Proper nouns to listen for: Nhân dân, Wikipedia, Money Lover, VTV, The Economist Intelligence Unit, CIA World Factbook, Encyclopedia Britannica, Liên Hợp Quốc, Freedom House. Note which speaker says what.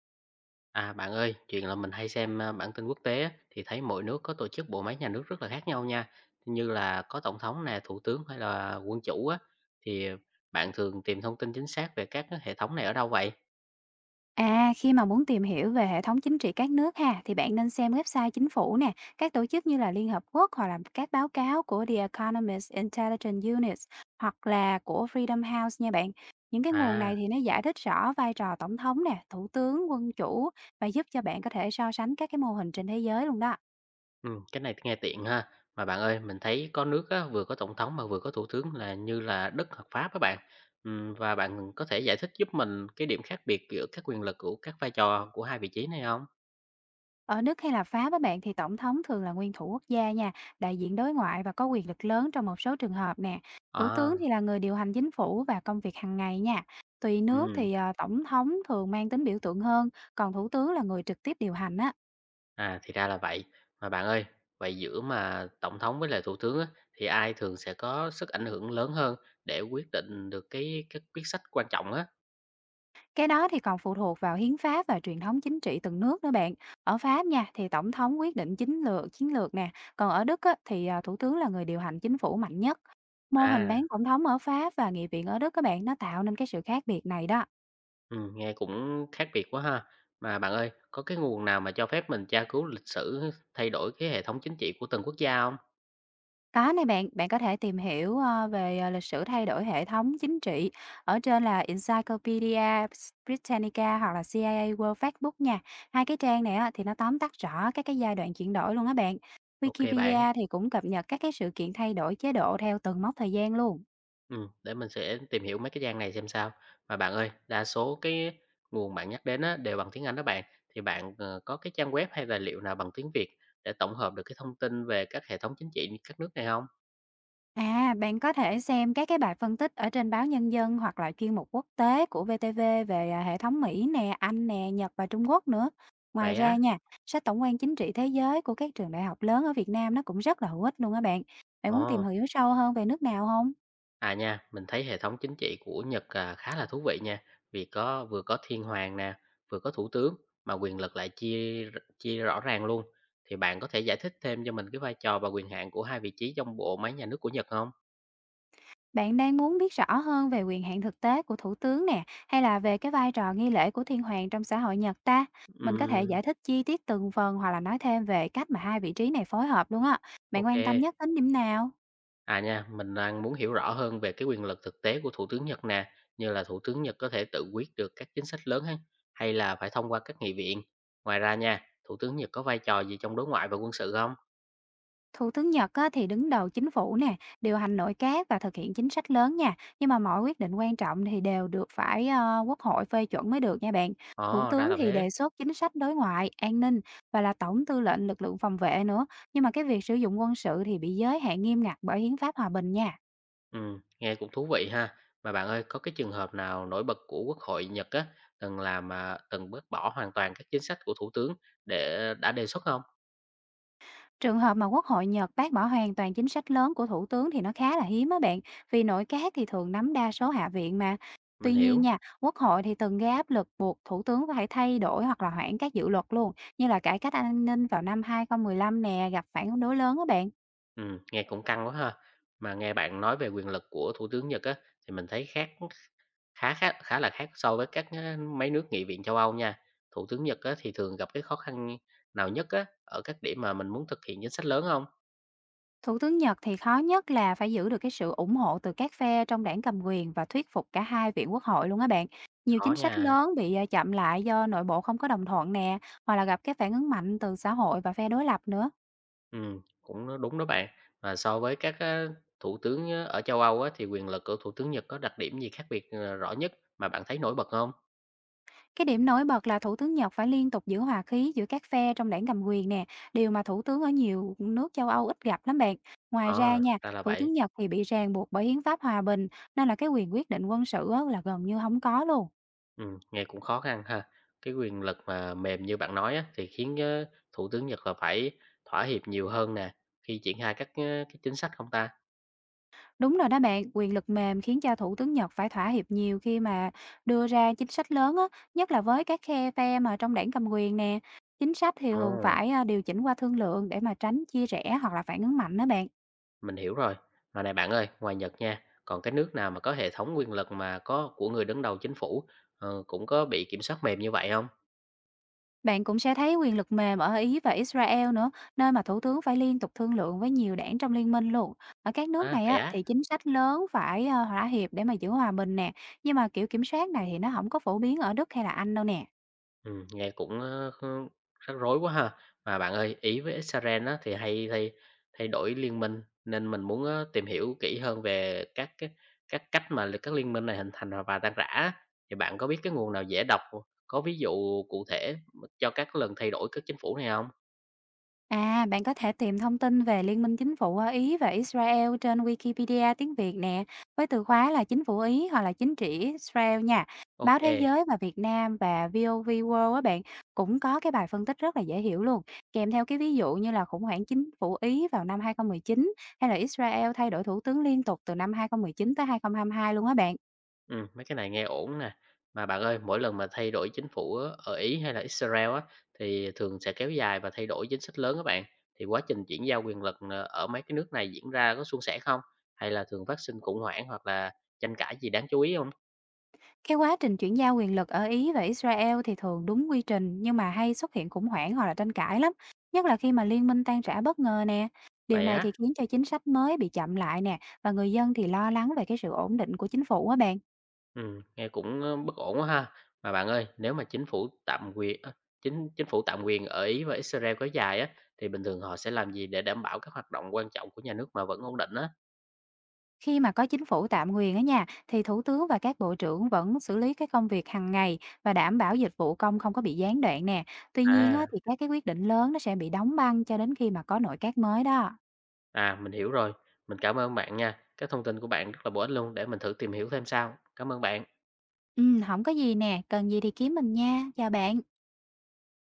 Speaker 1: À bạn ơi, chuyện là mình hay xem bản tin quốc tế á, thì thấy mỗi nước có tổ chức bộ máy nhà nước rất là khác nhau nha. Như là có tổng thống nè, thủ tướng hay là quân chủ á thì bạn thường tìm thông tin chính xác về các cái hệ thống này ở đâu vậy?
Speaker 2: À, khi mà muốn tìm hiểu về hệ thống chính trị các nước ha, thì bạn nên xem website chính phủ nè, các tổ chức như là Liên Hợp Quốc hoặc là các báo cáo của The Economist Intelligence Unit hoặc là của Freedom House nha bạn. Những cái nguồn
Speaker 1: À,
Speaker 2: này thì nó giải thích rõ vai trò tổng thống nè, thủ tướng, quân chủ và giúp cho bạn có thể so sánh các cái mô hình trên thế giới luôn đó.
Speaker 1: ừ, cái này nghe tiện ha. Mà bạn ơi, mình thấy có nước á, vừa có tổng thống mà vừa có thủ tướng là như là Đức hoặc Pháp các bạn. Ừ, và bạn có thể giải thích giúp mình cái điểm khác biệt giữa các quyền lực của các vai trò của hai vị trí này không?
Speaker 2: Ở Đức hay là Pháp á bạn thì tổng thống thường là nguyên thủ quốc gia nha, đại diện đối ngoại và có quyền lực lớn trong một số trường hợp nè. Thủ tướng
Speaker 1: À,
Speaker 2: thì là người điều hành chính phủ và công việc hàng ngày nha. Tùy nước
Speaker 1: ừ.
Speaker 2: thì tổng thống thường mang tính biểu tượng hơn, còn thủ tướng là người trực tiếp điều hành á.
Speaker 1: À, thì ra là vậy. Mà bạn ơi, vậy giữa mà tổng thống với lại thủ tướng á, thì ai thường sẽ có sức ảnh hưởng lớn hơn để quyết định được cái các quyết sách quan trọng á?
Speaker 2: Cái đó thì còn phụ thuộc vào hiến pháp và truyền thống chính trị từng nước nữa bạn. Ở Pháp nha thì tổng thống quyết định chính lược chiến lược nè, còn ở Đức á, thì thủ tướng là người điều hành chính phủ mạnh nhất. Mô hình
Speaker 1: À,
Speaker 2: bán tổng thống ở Pháp và nghị viện ở Đức các bạn nó tạo nên cái sự khác biệt này đó.
Speaker 1: ừ, nghe cũng khác biệt quá ha. Mà bạn ơi, có cái nguồn nào mà cho phép mình tra cứu lịch sử thay đổi cái hệ thống chính trị của từng quốc gia không?
Speaker 2: Có này bạn, bạn có thể tìm hiểu, về, lịch sử thay đổi hệ thống chính trị ở trên là Encyclopedia Britannica hoặc là CIA World Factbook nha. Hai cái trang này á thì nó tóm tắt rõ các cái giai đoạn chuyển đổi luôn á bạn.
Speaker 1: Ok bạn.
Speaker 2: Wikipedia thì cũng cập nhật các cái sự kiện thay đổi chế độ theo từng mốc thời gian luôn.
Speaker 1: Để mình sẽ tìm hiểu mấy cái trang này xem sao. Mà bạn ơi, đa số cái nguồn bạn nhắc đến á, đều bằng tiếng Anh đó bạn, thì bạn, có cái trang web hay tài liệu nào bằng tiếng Việt để tổng hợp được cái thông tin về các hệ thống chính trị như các nước này không?
Speaker 2: À, bạn có thể xem các cái bài phân tích ở trên báo Nhân dân hoặc là chuyên mục quốc tế của VTV về hệ thống Mỹ nè, Anh nè, Nhật và Trung Quốc nữa. Ngoài
Speaker 1: Vậy
Speaker 2: ra
Speaker 1: á?
Speaker 2: nha, sách tổng quan chính trị thế giới của các trường đại học lớn ở Việt Nam nó cũng rất là hữu ích luôn á bạn. Bạn muốn tìm
Speaker 1: Ồ,
Speaker 2: hiểu sâu hơn về nước nào không?
Speaker 1: à, nha, mình thấy hệ thống chính trị của Nhật, à, khá là thú vị nha, vì có vừa có thiên hoàng nè, vừa có thủ tướng, mà quyền lực lại chia rõ ràng luôn. Thì bạn có thể giải thích thêm cho mình cái vai trò và quyền hạn của hai vị trí trong bộ máy nhà nước của Nhật không?
Speaker 2: Bạn đang muốn biết rõ hơn về quyền hạn thực tế của thủ tướng nè, hay là về cái vai trò nghi lễ của thiên hoàng trong xã hội Nhật ta? Mình có thể
Speaker 1: Ừm,
Speaker 2: giải thích chi tiết từng phần hoặc là nói thêm về cách mà hai vị trí này phối hợp luôn á.
Speaker 1: ô.
Speaker 2: Bạn quan tâm nhất đến điểm nào?
Speaker 1: À nha, mình đang muốn hiểu rõ hơn về cái quyền lực thực tế của Thủ tướng Nhật nè, như là Thủ tướng Nhật có thể tự quyết được các chính sách lớn hay là phải thông qua các nghị viện. Ngoài ra nha, Thủ tướng Nhật có vai trò gì trong đối ngoại và quân sự không?
Speaker 2: Thủ tướng Nhật á, thì đứng đầu chính phủ nè, điều hành nội các và thực hiện chính sách lớn nha. Nhưng mà mọi quyết định quan trọng thì đều được phải quốc hội phê chuẩn mới được nha bạn. Thủ
Speaker 1: Ồ, ra
Speaker 2: tướng
Speaker 1: là
Speaker 2: thì
Speaker 1: thế.
Speaker 2: đề xuất chính sách đối ngoại, an ninh và là tổng tư lệnh lực lượng phòng vệ nữa. Nhưng mà cái việc sử dụng quân sự thì bị giới hạn nghiêm ngặt bởi hiến pháp hòa bình nha.
Speaker 1: Ừ, nghe cũng thú vị ha. Mà bạn ơi, có cái trường hợp nào nổi bật của Quốc hội Nhật á, từng bác bỏ hoàn toàn các chính sách của Thủ tướng để đã đề xuất không?
Speaker 2: Trường hợp mà Quốc hội Nhật bác bỏ hoàn toàn chính sách lớn của thủ tướng thì nó khá là hiếm á bạn, vì nội các thì thường nắm đa số hạ viện mà.
Speaker 1: Mình
Speaker 2: Tuy nhiên
Speaker 1: hiểu.
Speaker 2: nha, Quốc hội thì từng gây áp lực buộc thủ tướng phải thay đổi hoặc là hoãn các dự luật luôn, như là cải cách an ninh vào năm 2015 nè, gặp phản đối lớn á bạn.
Speaker 1: Ừ, nghe cũng căng quá ha. Mà nghe bạn nói về quyền lực của Thủ tướng Nhật á, thì mình thấy khá là khác so với các, mấy nước nghị viện châu Âu nha. Thủ tướng Nhật á, thì thường gặp cái khó khăn nào nhất á, ở các điểm mà mình muốn thực hiện chính sách lớn không?
Speaker 2: Thủ tướng Nhật thì khó nhất là phải giữ được cái sự ủng hộ từ các phe trong đảng cầm quyền và thuyết phục cả hai viện quốc hội luôn á bạn. Nhiều
Speaker 1: Có
Speaker 2: chính sách
Speaker 1: nha,
Speaker 2: lớn bị chậm lại do nội bộ không có đồng thuận nè, hoặc là gặp cái phản ứng mạnh từ xã hội và phe đối lập nữa.
Speaker 1: cũng nó đúng đó bạn. Mà so với các, á, thủ tướng á, ở châu Âu á, thì quyền lực của thủ tướng Nhật có đặc điểm gì khác biệt, rõ nhất mà bạn thấy nổi bật không?
Speaker 2: Cái điểm nổi bật là thủ tướng Nhật phải liên tục giữ hòa khí giữa các phe trong đảng cầm quyền nè, điều mà thủ tướng ở nhiều nước châu Âu ít gặp lắm bạn. Ngoài ra
Speaker 1: Ờ,
Speaker 2: nha,
Speaker 1: ra là
Speaker 2: thủ
Speaker 1: vậy.
Speaker 2: tướng Nhật thì bị ràng buộc bởi hiến pháp hòa bình, nên là cái quyền quyết định quân sự á, là gần như không có luôn.
Speaker 1: Nghe cũng khó khăn ha. Cái quyền lực mà mềm như bạn nói á, thì khiến, á, thủ tướng Nhật là phải thỏa hiệp nhiều hơn nè, khi triển khai các, á, cái chính sách không ta?
Speaker 2: Đúng rồi đó bạn, quyền lực mềm khiến cho thủ tướng Nhật phải thỏa hiệp nhiều khi mà đưa ra chính sách lớn á, nhất là với các phe mà trong đảng cầm quyền nè. Chính sách thì
Speaker 1: Ồ.
Speaker 2: thường phải điều chỉnh qua thương lượng để mà tránh chia rẽ hoặc là phản ứng mạnh đó bạn.
Speaker 1: Mình hiểu rồi. Mà này bạn ơi, ngoài Nhật nha, còn cái nước nào mà có hệ thống quyền lực mà có của người đứng đầu chính phủ, cũng có bị kiểm soát mềm như vậy không?
Speaker 2: Bạn cũng sẽ thấy quyền lực mềm ở Ý và Israel nữa, nơi mà thủ tướng phải liên tục thương lượng với nhiều đảng trong liên minh luôn. Ở các nước
Speaker 1: À,
Speaker 2: này
Speaker 1: vậy
Speaker 2: á,
Speaker 1: á?
Speaker 2: thì chính sách lớn phải thỏa hiệp để mà giữ hòa bình nè, nhưng mà kiểu kiểm soát này thì nó không có phổ biến ở Đức hay là Anh đâu nè.
Speaker 1: Nghe cũng, rắc rối quá ha. Mà bạn ơi, Ý với Israel á, thì hay thay thay đổi liên minh, nên mình muốn á, tìm hiểu kỹ hơn về các cách mà các liên minh này hình thành và tan rã á. Thì bạn có biết cái nguồn nào dễ đọc, có ví dụ cụ thể cho các lần thay đổi các chính phủ này không?
Speaker 2: À, bạn có thể tìm thông tin về Liên minh Chính phủ ở Ý và Israel trên Wikipedia tiếng Việt nè, với từ khóa là Chính phủ Ý hoặc là Chính trị Israel nha. Báo Thế
Speaker 1: OK.
Speaker 2: giới và Việt Nam và VOV World á bạn cũng có cái bài phân tích rất là dễ hiểu luôn, kèm theo cái ví dụ như là khủng hoảng chính phủ Ý vào năm 2019 hay là Israel thay đổi thủ tướng liên tục từ năm 2019 tới 2022 luôn á bạn.
Speaker 1: Mấy cái này nghe ổn nè. Mà bạn ơi, mỗi lần mà thay đổi chính phủ á, ở Ý hay là Israel á, thì thường sẽ kéo dài và thay đổi chính sách lớn các bạn. Thì quá trình chuyển giao quyền lực ở mấy cái nước này diễn ra có suôn sẻ không? Hay là thường phát sinh khủng hoảng hoặc là tranh cãi gì đáng chú ý không?
Speaker 2: Cái quá trình chuyển giao quyền lực ở Ý và Israel thì thường đúng quy trình nhưng mà hay xuất hiện khủng hoảng hoặc là tranh cãi lắm, nhất là khi mà liên minh tan rã bất ngờ nè. Điều
Speaker 1: Vậy
Speaker 2: này thì
Speaker 1: á,
Speaker 2: khiến cho chính sách mới bị chậm lại nè và người dân thì lo lắng về cái sự ổn định của chính phủ á bạn.
Speaker 1: nghe cũng bất ổn quá ha. Mà bạn ơi, nếu mà chính phủ tạm quyền ở Ý và Israel kéo dài á, thì bình thường họ sẽ làm gì để đảm bảo các hoạt động quan trọng của nhà nước mà vẫn ổn định á?
Speaker 2: Khi mà có chính phủ tạm quyền ở nhà thì thủ tướng và các bộ trưởng vẫn xử lý cái công việc hàng ngày và đảm bảo dịch vụ công không có bị gián đoạn nè. Tuy nhiên á,
Speaker 1: À.
Speaker 2: thì các cái quyết định lớn nó sẽ bị đóng băng cho đến khi mà có nội các mới đó.
Speaker 1: À, mình hiểu rồi. Mình cảm ơn bạn nha. Các thông tin của bạn rất là bổ ích luôn để mình thử tìm hiểu thêm sau. Cảm ơn bạn.
Speaker 2: Ừ, không có gì nè, cần gì thì kiếm mình nha. Chào bạn.